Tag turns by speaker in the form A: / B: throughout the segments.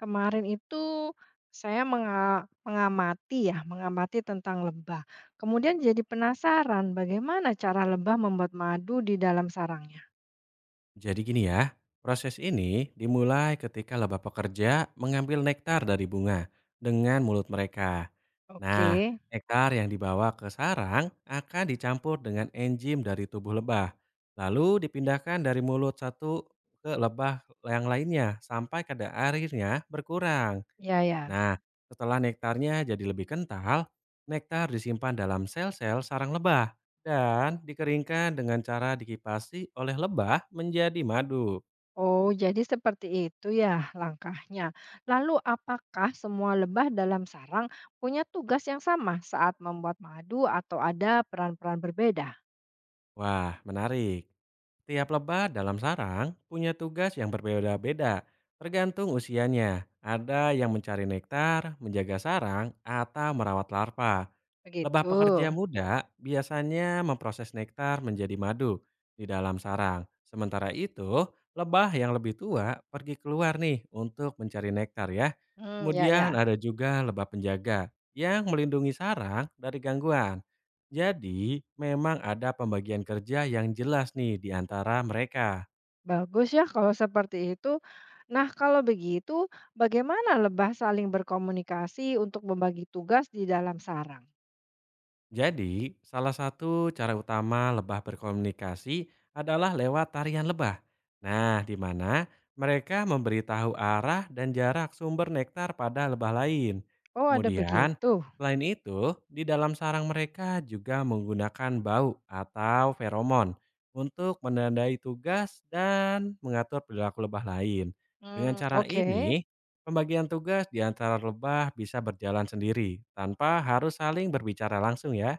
A: Kemarin itu saya mengamati ya, mengamati tentang lebah. Kemudian jadi penasaran bagaimana cara lebah membuat madu di dalam sarangnya.
B: Jadi gini ya, proses ini dimulai ketika lebah pekerja mengambil nektar dari bunga dengan mulut mereka. Nah,
A: Oke,
B: nektar yang dibawa ke sarang akan dicampur dengan enzim dari tubuh lebah, lalu dipindahkan dari mulut satu ke lebah yang lainnya sampai kadar airnya berkurang.
A: ya ya.
B: Nah, setelah nektarnya jadi lebih kental, nektar disimpan dalam sel-sel sarang lebah dan dikeringkan dengan cara dikipasi oleh lebah menjadi madu.
A: Oh, jadi seperti itu ya langkahnya. Lalu apakah semua lebah dalam sarang punya tugas yang sama saat membuat madu atau ada peran-peran berbeda?
B: Wah, menarik. Tiap lebah dalam sarang punya tugas yang berbeda-beda, tergantung usianya. Ada yang mencari nektar, menjaga sarang, atau merawat larva. Lebah
A: Begitu.
B: pekerja muda biasanya memproses nektar menjadi madu di dalam sarang. Sementara itu, lebah yang lebih tua pergi keluar nih untuk mencari nektar ya.
A: Hmm, ya
B: Kemudian
A: ya.
B: ada juga lebah penjaga yang melindungi sarang dari gangguan. Jadi, memang ada pembagian kerja yang jelas nih di antara mereka.
A: Bagus ya kalau seperti itu. Nah, kalau begitu, bagaimana lebah saling berkomunikasi untuk membagi tugas di dalam sarang?
B: Jadi, salah satu cara utama lebah berkomunikasi adalah lewat tarian lebah. Nah, di mana mereka memberitahu arah dan jarak sumber nektar pada lebah lain.
A: Oh, ada
B: Kemudian,
A: begitu.
B: selain itu, di dalam sarang mereka juga menggunakan bau atau feromon untuk menandai tugas dan mengatur perilaku lebah lain. Dengan
A: Hmm,
B: cara
A: oke.
B: ini, pembagian tugas di antara lebah bisa berjalan sendiri tanpa harus saling berbicara langsung ya.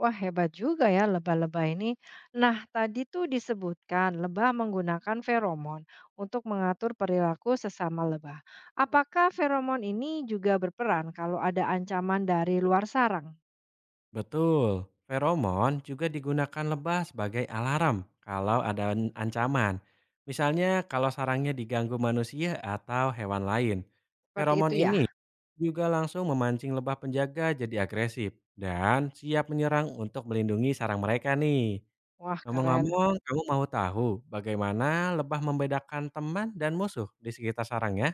A: Wah, hebat juga ya lebah-lebah ini. Nah, tadi tuh disebutkan lebah menggunakan feromon untuk mengatur perilaku sesama lebah. Apakah feromon ini juga berperan kalau ada ancaman dari luar sarang?
B: Betul. Feromon juga digunakan lebah sebagai alarm kalau ada ancaman. Misalnya kalau sarangnya diganggu manusia atau hewan lain.
A: Seperti
B: Feromon
A: itu ya.
B: ini juga langsung memancing lebah penjaga jadi agresif dan siap menyerang untuk melindungi sarang mereka nih.
A: Wah, keren.
B: Ngomong-ngomong, kamu mau tahu bagaimana lebah membedakan teman dan musuh di sekitar sarangnya?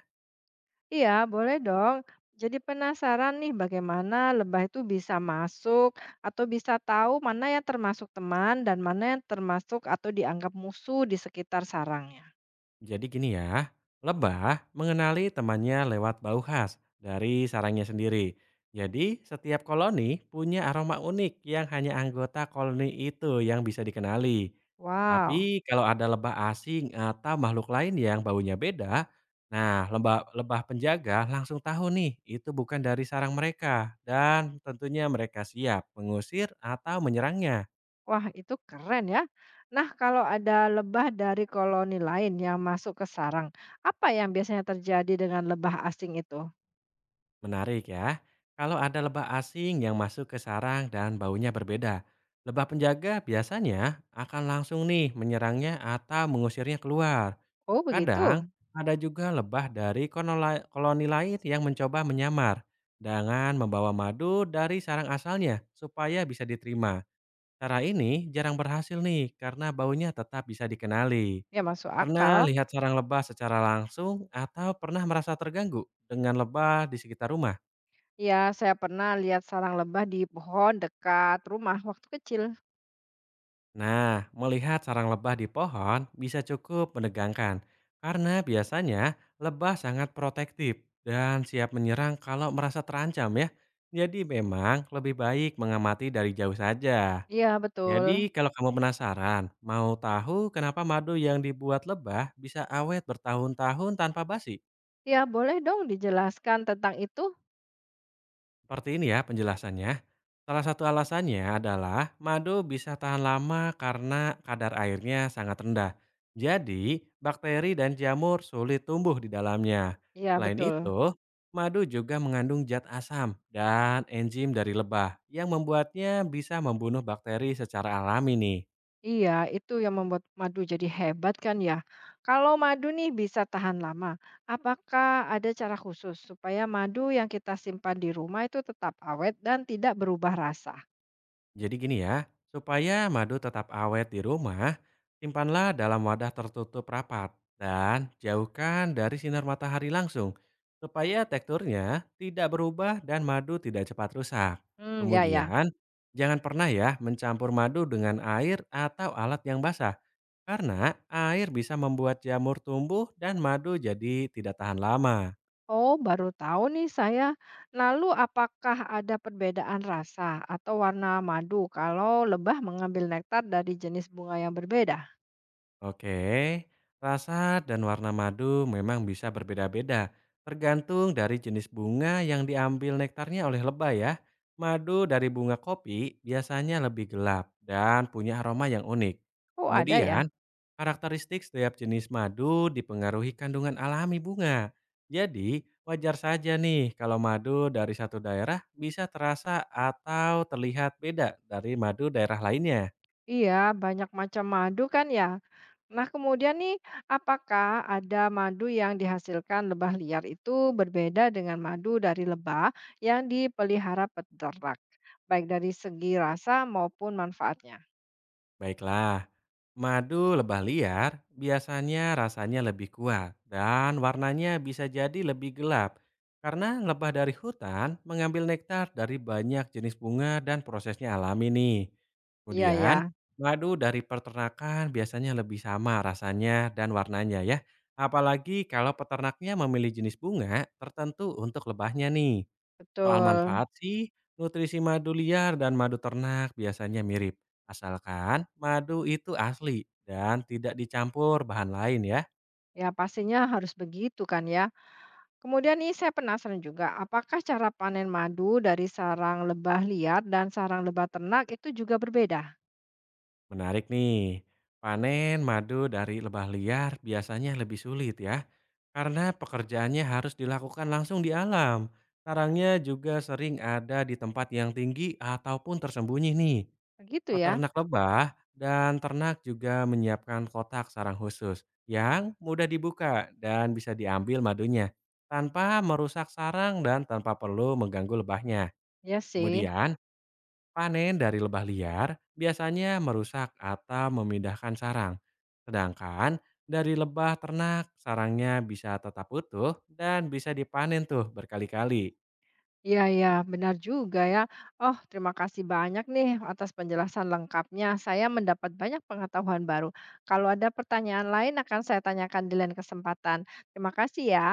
A: Iya, boleh dong. Jadi penasaran nih bagaimana lebah itu bisa masuk atau bisa tahu mana yang termasuk teman dan mana yang termasuk atau dianggap musuh di sekitar sarangnya.
B: Jadi gini ya, lebah mengenali temannya lewat bau khas dari sarangnya sendiri. Jadi setiap koloni punya aroma unik yang hanya anggota koloni itu yang bisa dikenali.
A: Wow,
B: Tapi kalau ada lebah asing atau makhluk lain yang baunya beda, nah lebah penjaga langsung tahu nih itu bukan dari sarang mereka dan tentunya mereka siap mengusir atau menyerangnya.
A: wah itu keren ya. Nah, kalau ada lebah dari koloni lain yang masuk ke sarang, apa yang biasanya terjadi dengan lebah asing itu?
B: Menarik ya. Kalau ada lebah asing yang masuk ke sarang dan baunya berbeda, lebah penjaga biasanya akan langsung nih menyerangnya atau mengusirnya keluar.
A: Oh,
B: Kadang
A: begitu.
B: ada juga lebah dari koloni lain yang mencoba menyamar dengan membawa madu dari sarang asalnya supaya bisa diterima. Cara ini jarang berhasil nih karena baunya tetap bisa dikenali.
A: Ya, masuk
B: Pernah
A: akal.
B: lihat sarang lebah secara langsung atau pernah merasa terganggu dengan lebah di sekitar rumah?
A: Ya, saya pernah lihat sarang lebah di pohon dekat rumah waktu kecil.
B: Nah, melihat sarang lebah di pohon bisa cukup menegangkan karena biasanya lebah sangat protektif dan siap menyerang kalau merasa terancam ya. Jadi memang lebih baik mengamati dari jauh saja.
A: Iya, betul.
B: Jadi kalau kamu penasaran, mau tahu kenapa madu yang dibuat lebah bisa awet bertahun-tahun tanpa basi?
A: Ya boleh dong dijelaskan tentang itu?
B: Seperti ini ya penjelasannya. Salah satu alasannya adalah madu bisa tahan lama karena kadar airnya sangat rendah. Jadi, bakteri dan jamur sulit tumbuh di dalamnya.
A: Ya
B: Selain
A: betul.
B: itu, madu juga mengandung zat asam dan enzim dari lebah yang membuatnya bisa membunuh bakteri secara alami nih.
A: Iya, itu yang membuat madu jadi hebat kan ya. Kalau madu nih bisa tahan lama, apakah ada cara khusus supaya madu yang kita simpan di rumah itu tetap awet dan tidak berubah rasa?
B: Jadi gini ya, supaya madu tetap awet di rumah, simpanlah dalam wadah tertutup rapat dan jauhkan dari sinar matahari langsung supaya teksturnya tidak berubah dan madu tidak cepat rusak.
A: Hmm, ya ya.
B: Kemudian, jangan pernah ya mencampur madu dengan air atau alat yang basah karena air bisa membuat jamur tumbuh dan madu jadi tidak tahan lama.
A: Oh, baru tahu nih saya. Lalu apakah ada perbedaan rasa atau warna madu kalau lebah mengambil nektar dari jenis bunga yang berbeda?
B: Oke, rasa dan warna madu memang bisa berbeda-beda, tergantung dari jenis bunga yang diambil nektarnya oleh lebah ya. Madu dari bunga kopi biasanya lebih gelap dan punya aroma yang unik.
A: Oh, ada
B: Kemudian,
A: ya.
B: karakteristik setiap jenis madu dipengaruhi kandungan alami bunga. Jadi, wajar saja nih kalau madu dari satu daerah bisa terasa atau terlihat beda dari madu daerah lainnya.
A: Iya, banyak macam madu kan ya. Nah, kemudian nih, apakah ada madu yang dihasilkan lebah liar itu berbeda dengan madu dari lebah yang dipelihara peternak, baik dari segi rasa maupun manfaatnya?
B: Baiklah, madu lebah liar biasanya rasanya lebih kuat dan warnanya bisa jadi lebih gelap karena lebah dari hutan mengambil nektar dari banyak jenis bunga dan prosesnya alami nih.
A: Iya
B: Kemudian,
A: ya,
B: madu dari peternakan biasanya lebih sama rasanya dan warnanya ya, apalagi kalau peternaknya memilih jenis bunga tertentu untuk lebahnya nih. Soal
A: betul.
B: manfaat sih, nutrisi madu liar dan madu ternak biasanya mirip, asalkan madu itu asli dan tidak dicampur bahan lain ya.
A: Ya, pastinya harus begitu kan ya. Kemudian nih, saya penasaran juga, apakah cara panen madu dari sarang lebah liar dan sarang lebah ternak itu juga berbeda?
B: Menarik nih, panen madu dari lebah liar biasanya lebih sulit ya, karena pekerjaannya harus dilakukan langsung di alam. Sarangnya juga sering ada di tempat yang tinggi ataupun tersembunyi nih.
A: Begitu ya?
B: Peternak lebah dan ternak juga menyiapkan kotak sarang khusus yang mudah dibuka dan bisa diambil madunya tanpa merusak sarang dan tanpa perlu mengganggu lebahnya.
A: Ya sih.
B: Kemudian, panen dari lebah liar biasanya merusak atau memindahkan sarang. Sedangkan dari lebah ternak, sarangnya bisa tetap utuh dan bisa dipanen tuh berkali-kali.
A: Iya ya, benar juga ya. Oh, terima kasih banyak nih atas penjelasan lengkapnya. Saya mendapat banyak pengetahuan baru. Kalau ada pertanyaan lain akan saya tanyakan di lain kesempatan. Terima kasih ya.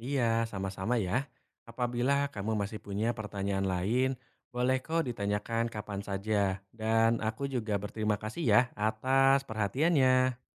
B: Iya, sama-sama ya. Apabila kamu masih punya pertanyaan lain, boleh kok ditanyakan kapan saja. Dan aku juga berterima kasih ya atas perhatiannya.